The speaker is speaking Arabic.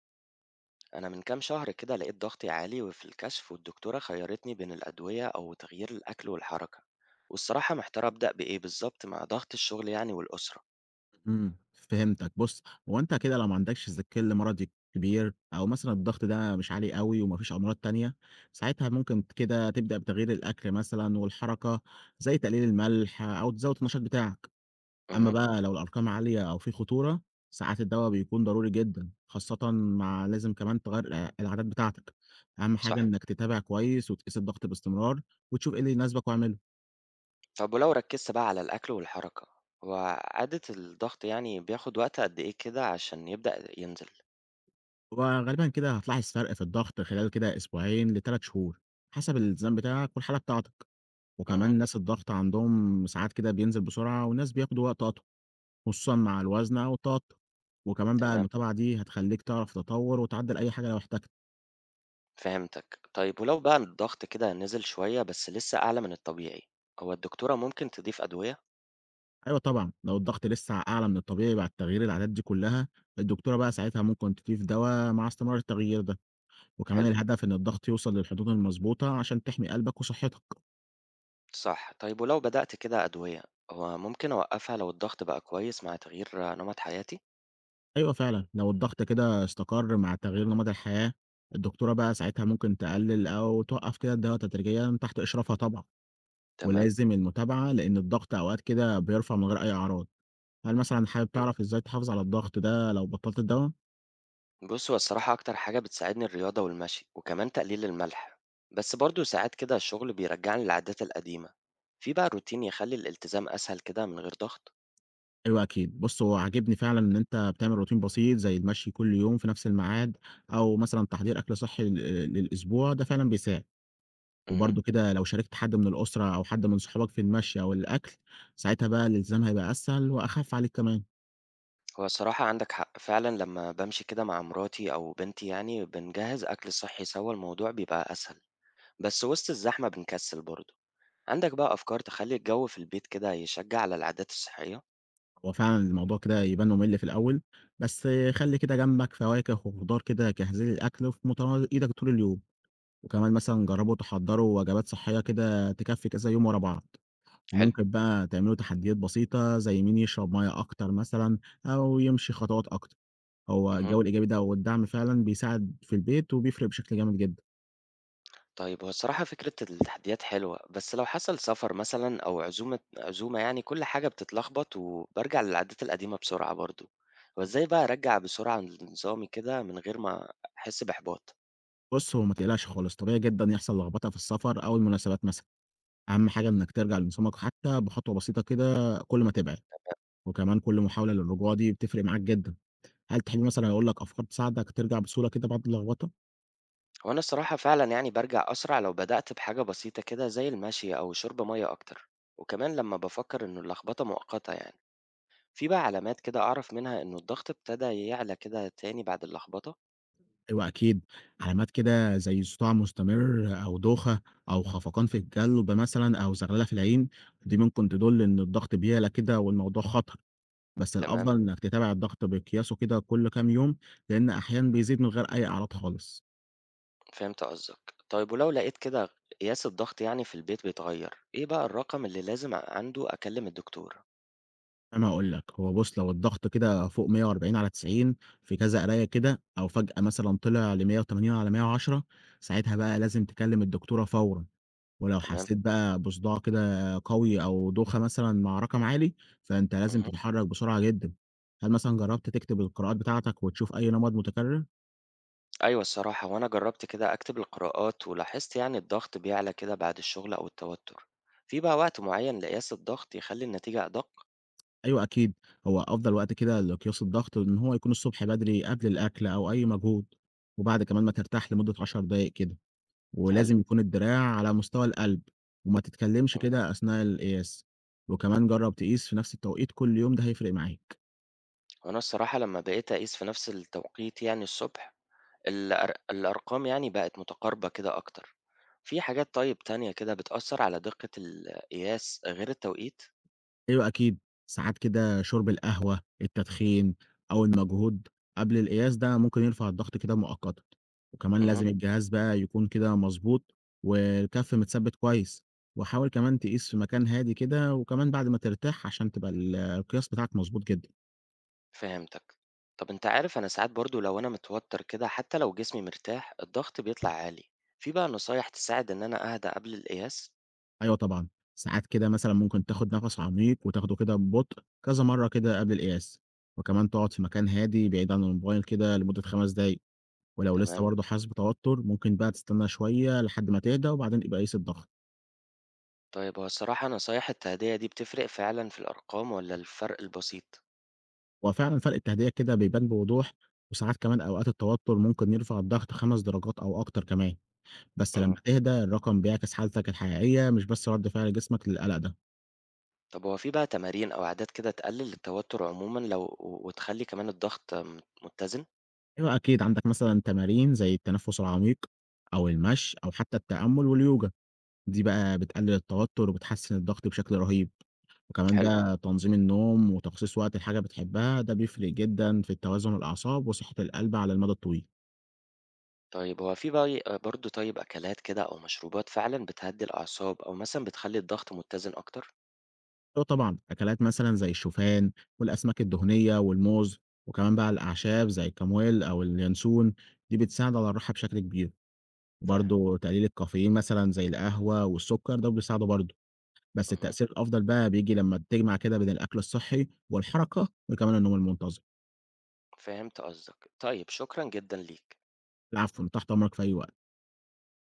أنا من كام شهر كده لقيت ضغطي عالي في الكشف، والدكتورة خيرتني بين الأدوية أو تغيير الأكل والحركة. والصراحة محتار أبدأ بإيه بالظبط مع ضغط الشغل يعني والأسرة. فهمتك. بُص، هو أنت كده لو ما عندكش الكِلّ مرضي كبير أو مثلًا الضغط ده مش عالي أوي وما فيش أمراض تانية، ساعتها ممكن كده تبدأ بتغيير الأكل مثلًا والحركة، زي تقليل الملح أو تزوّد النشاط بتاعك. أمّا امم. بقى لو الأرقام عالية أو في خطورة، ساعات الدوا بيكون ضروري جدًا، خاصةً مع لازم كمان تغيّر العادات بتاعتك. أهم حاجة صح. إنك تتابع كويس وتقيس الضغط باستمرار وتشوف إيه اللي يناسبك واعمله. طب ولو ركزت بقى على الأكل والحركة وعادة الضغط يعني بياخد وقت قد إيه كده عشان يبدأ ينزل؟ هو غالبًا كده هتلاحظ فرق في الضغط خلال كده أسبوعين ل3 شهور، حسب الالتزام بتاعك والحالة بتاعتك، وكمان امم. ناس الضغط عندهم ساعات كده بينزل بسرعة وناس بياخدوا وقت أطول، خصوصًا مع الوزن أو التوتر، وكمان بقى تمام. المتابعة دي هتخلّيك تعرف تطور وتعدّل أي حاجة لو احتجت. فهمتك. طيب ولو بقى الضغط كده نزل شوية بس لسه أعلى من الطبيعي، هو الدكتورة ممكن تضيف أدوية؟ أيوه طبعًا، لو الضغط لسه أعلى من الطبيعي بعد تغيير العادات دي كلها، الدكتورة بقى ساعتها ممكن تضيف دوا مع استمرار التغيير ده، وكمان حلو. الهدف إن الضغط يوصل للحدود المضبوطة عشان تحمي قلبك وصحتك. صح. طيب ولو بدأت كده أدوية، هو ممكن أوقفها لو الضغط بقى كويس مع تغيير نمط حياتي؟ أيوه فعلًا، لو الضغط كده استقر مع تغيير نمط الحياة، الدكتورة بقى ساعتها ممكن تقلل أو توقّف كده الدوا تدريجيًا تحت إشرافها طبعًا، تمام. ولازم المتابعة لإن الضغط أوقات كده بيرفع من غير أي أعراض، هل مثلًا حابب مم. تعرف إزاي تحافظ على الضغط ده لو بطّلت الدوا؟ بص، هو الصراحة أكتر حاجة بتساعدني الرياضة والمشي وكمان تقليل الملح، بس برضو ساعات كده الشغل بيرجعني للعادات القديمة. في بقى روتين يخلي الالتزام أسهل كده من غير ضغط؟ أيوه أكيد، بُص هو عاجبني فعلًا إن أنت بتعمل روتين بسيط زي المشي كل يوم في نفس الميعاد، أو مثلًا تحضير أكل صحّي للأسبوع، ده فعلًا بيساعد. مه. وبرضه كده لو شاركت حد من الأسرة أو حد من صحابك في المشي أو الأكل، ساعتها بقى الالتزام هيبقى أسهل وأخف عليك كمان. هو الصراحة عندك حق فعلا، لما بمشي كده مع مراتي أو بنتي يعني بنجهز أكل صحي سوا الموضوع بيبقى أسهل، بس وسط الزحمة بنكسل برضو. عندك بقى أفكار تخلّي الجو في البيت كده يشجّع على العادات الصحية؟ هو فعلًا الموضوع كده يبان ممل في الأول، بس خلّي كده جنبك فواكه وخضار كده جاهزين للأكل في متناول إيدك طول اليوم، وكمان مثلًا جربوا تحضّروا وجبات صحية كده تكفّي كذا يوم ورا بعض، حلو، وممكن بقى تعملوا تحديات بسيطة زي مين يشرب مَيّة أكتر مثلًا أو يمشي خطوات أكتر. هو اهم. الجو الإيجابي ده والدعم فعلًا بيساعد في البيت وبيفرق بشكل جامد جدًا. طيب هو الصراحة فكرة التحديات حلوة، بس لو حصل سفر مثلًا أو عزومة عزومة يعني كل حاجة بتتلخبط وبارجع للعادات القديمة بسرعة برضه، وإزاي بقى أرجّع بسرعة لنظامي كده من غير ما أحس بإحباط؟ بُص، هو ما تقلقش خالص، طبيعي جدًا يحصل لخبطة في السفر أو المناسبات مثلًا، أهم حاجة إنك ترجع لنظامك حتى بخطوة بسيطة كده كل ما تبعد، وكمان كل محاولة للرجوع دي بتفرق معاك جدًا. هل تحب مثلًا أقول لك أفكار تساعدك ترجع بسهولة كده بعد اللخبطة؟ هو أنا الصراحة فعلًا يعني بارجع أسرع لو بدأت بحاجة بسيطة كده زي المشي أو شرب مَيّة أكتر، وكمان لمّا بافكّر إنه اللخبطة مؤقتة يعني. في بقى علامات كده أعرف منها إنه الضغط ابتدى يعلى كده تاني بعد اللخبطة؟ أيوه أكيد، علامات كده زي صداع مستمر أو دوخة أو خفقان في الجلد مثلًا أو زغللة في العين، دي ممكن تدل إن الضغط بيعلى كده والموضوع خطر، بس تمام. الأفضل إنك تتابع الضغط بقياسه كده كل كام يوم، لأن أحيانًا بيزيد من غير أي أعراض خالص. فهمت قصدك. طيب ولو لقيت كده قياس الضغط يعني في البيت بيتغير إيه بقى الرقم اللي لازم عنده أكلم الدكتور؟ أنا هاقول لك، هو بُص لو الضغط كده فوق 140 على 90 في كذا قراية كده، أو فجأة مثلًا طلع ل180 على 110 ساعتها بقى لازم تكلم الدكتورة فورًا، ولو تمام. حسيت بقى بصداع كده قوي أو دوخة مثلًا مع رقم عالي، فأنت لازم مهم. تتحرك بسرعة جدًا. هل مثلًا جربت تكتب القراءات بتاعتك وتشوف أي نمط متكرر؟ أيوة الصراحة، وأنا جربت كده أكتب القراءات ولاحظت يعني الضغط بيعلى كده بعد الشغل أو التوتر. في بقى وقت معين لقياس الضغط يخلي النتيجة أدق؟ أيوه أكيد، هو أفضل وقت كده لقياس الضغط إن هو يكون الصبح بدري قبل الأكل أو أي مجهود، وبعد كمان ما ترتاح لمدة 10 دقايق كده. حلو. ولازم يكون الدراع على مستوى القلب، وما تتكلمش مم. كده أثناء القياس، وكمان جرّب تقيس في نفس التوقيت كل يوم ده هيفرق معاك. وأنا الصراحة لما بقيت أقيس في نفس التوقيت يعني الصبح الأرقام يعني بقت متقاربة كده أكتر. في حاجات طيب تانية كده بتأثّر على دقة القياس غير التوقيت؟ أيوه أكيد، ساعات كده شرب القهوة، التدخين أو المجهود قبل القياس ده ممكن يرفع الضغط كده مؤقتًا، وكمان اهم، لازم الجهاز بقى يكون كده مضبوط والكَف متثبت كويس، وحاول كمان تقيس في مكان هادي كده وكمان بعد ما ترتاح عشان تبقى القياس بتاعك مضبوط جدًا. فهمتك. طب أنت عارف أنا ساعات برضه لو أنا متوتر كده حتى لو جسمي مرتاح الضغط بيطلع عالي، في بقى نصايح تساعد إن أنا أهدى قبل القياس؟ أيوه طبعًا، ساعات كده مثلًا ممكن تاخد نَفَس عميق وتاخده كده ببطء كذا مرّة كده قبل القياس، وكمان تقعد في مكان هادي بعيد عن الموبايل كده لمدة 5 دقايق، ولو لسه تمام. برضه حاسس بتوتر ممكن بقى تستنى شوية لحد ما تهدى وبعدين يبقى قيس الضغط، طيب هو الصراحة نصايح التهدئة دي بتفرق فعلًا في الأرقام والّا الفرق البسيط؟ هو فعلًا فرق التهدئة كده بيبان بوضوح، وساعات كمان أوقات التوتر ممكن يرفع الضغط 5 درجات أو أكتر كمان، بس لمّا إمم. تهدى الرقم بيعكس حالتك الحقيقية مش بس رد فعل جسمك للقلق ده، طب هو في بقى تمارين أو عادات كده تقلل التوتر عمومًا لو و وتخلّي كمان الضغط متزن؟ أيوه أكيد عندك مثلًا تمارين زي التنفس العميق أو المشي أو حتى التأمل واليوجا. دي بقى بتقلل التوتر وبتحسن الضغط بشكل رهيب، وكمان حلو. بقى تنظيم النوم وتخصيص وقت لحاجة بتحبها ده بيفرق جدًا في التوازن الأعصاب وصحة القلب على المدى الطويل، طيب هو في بقى برضه طيب أكلات كده أو مشروبات فعلًا بتهدّي الأعصاب أو مثلًا بتخلّي الضغط متزن أكتر؟ وطبعًا أكلات مثلًا زي الشوفان والأسماك الدهنية والموز، وكمان بقى الأعشاب زي الكمويل أو اليانسون دي بتساعد على الراحة بشكل كبير، فاهم، وبرضه تقليل الكافيين مثلًا زي القهوة والسكر ده بيساعده برضه، بس اهم، التأثير الأفضل بقى بييجي لما تجمع كده بين الأكل الصحي والحركة وكمان النوم المنتظم، فهمت قصدك. طيب شكرًا جدًا ليك. العفو أنا تحت أمرك في أي وقت.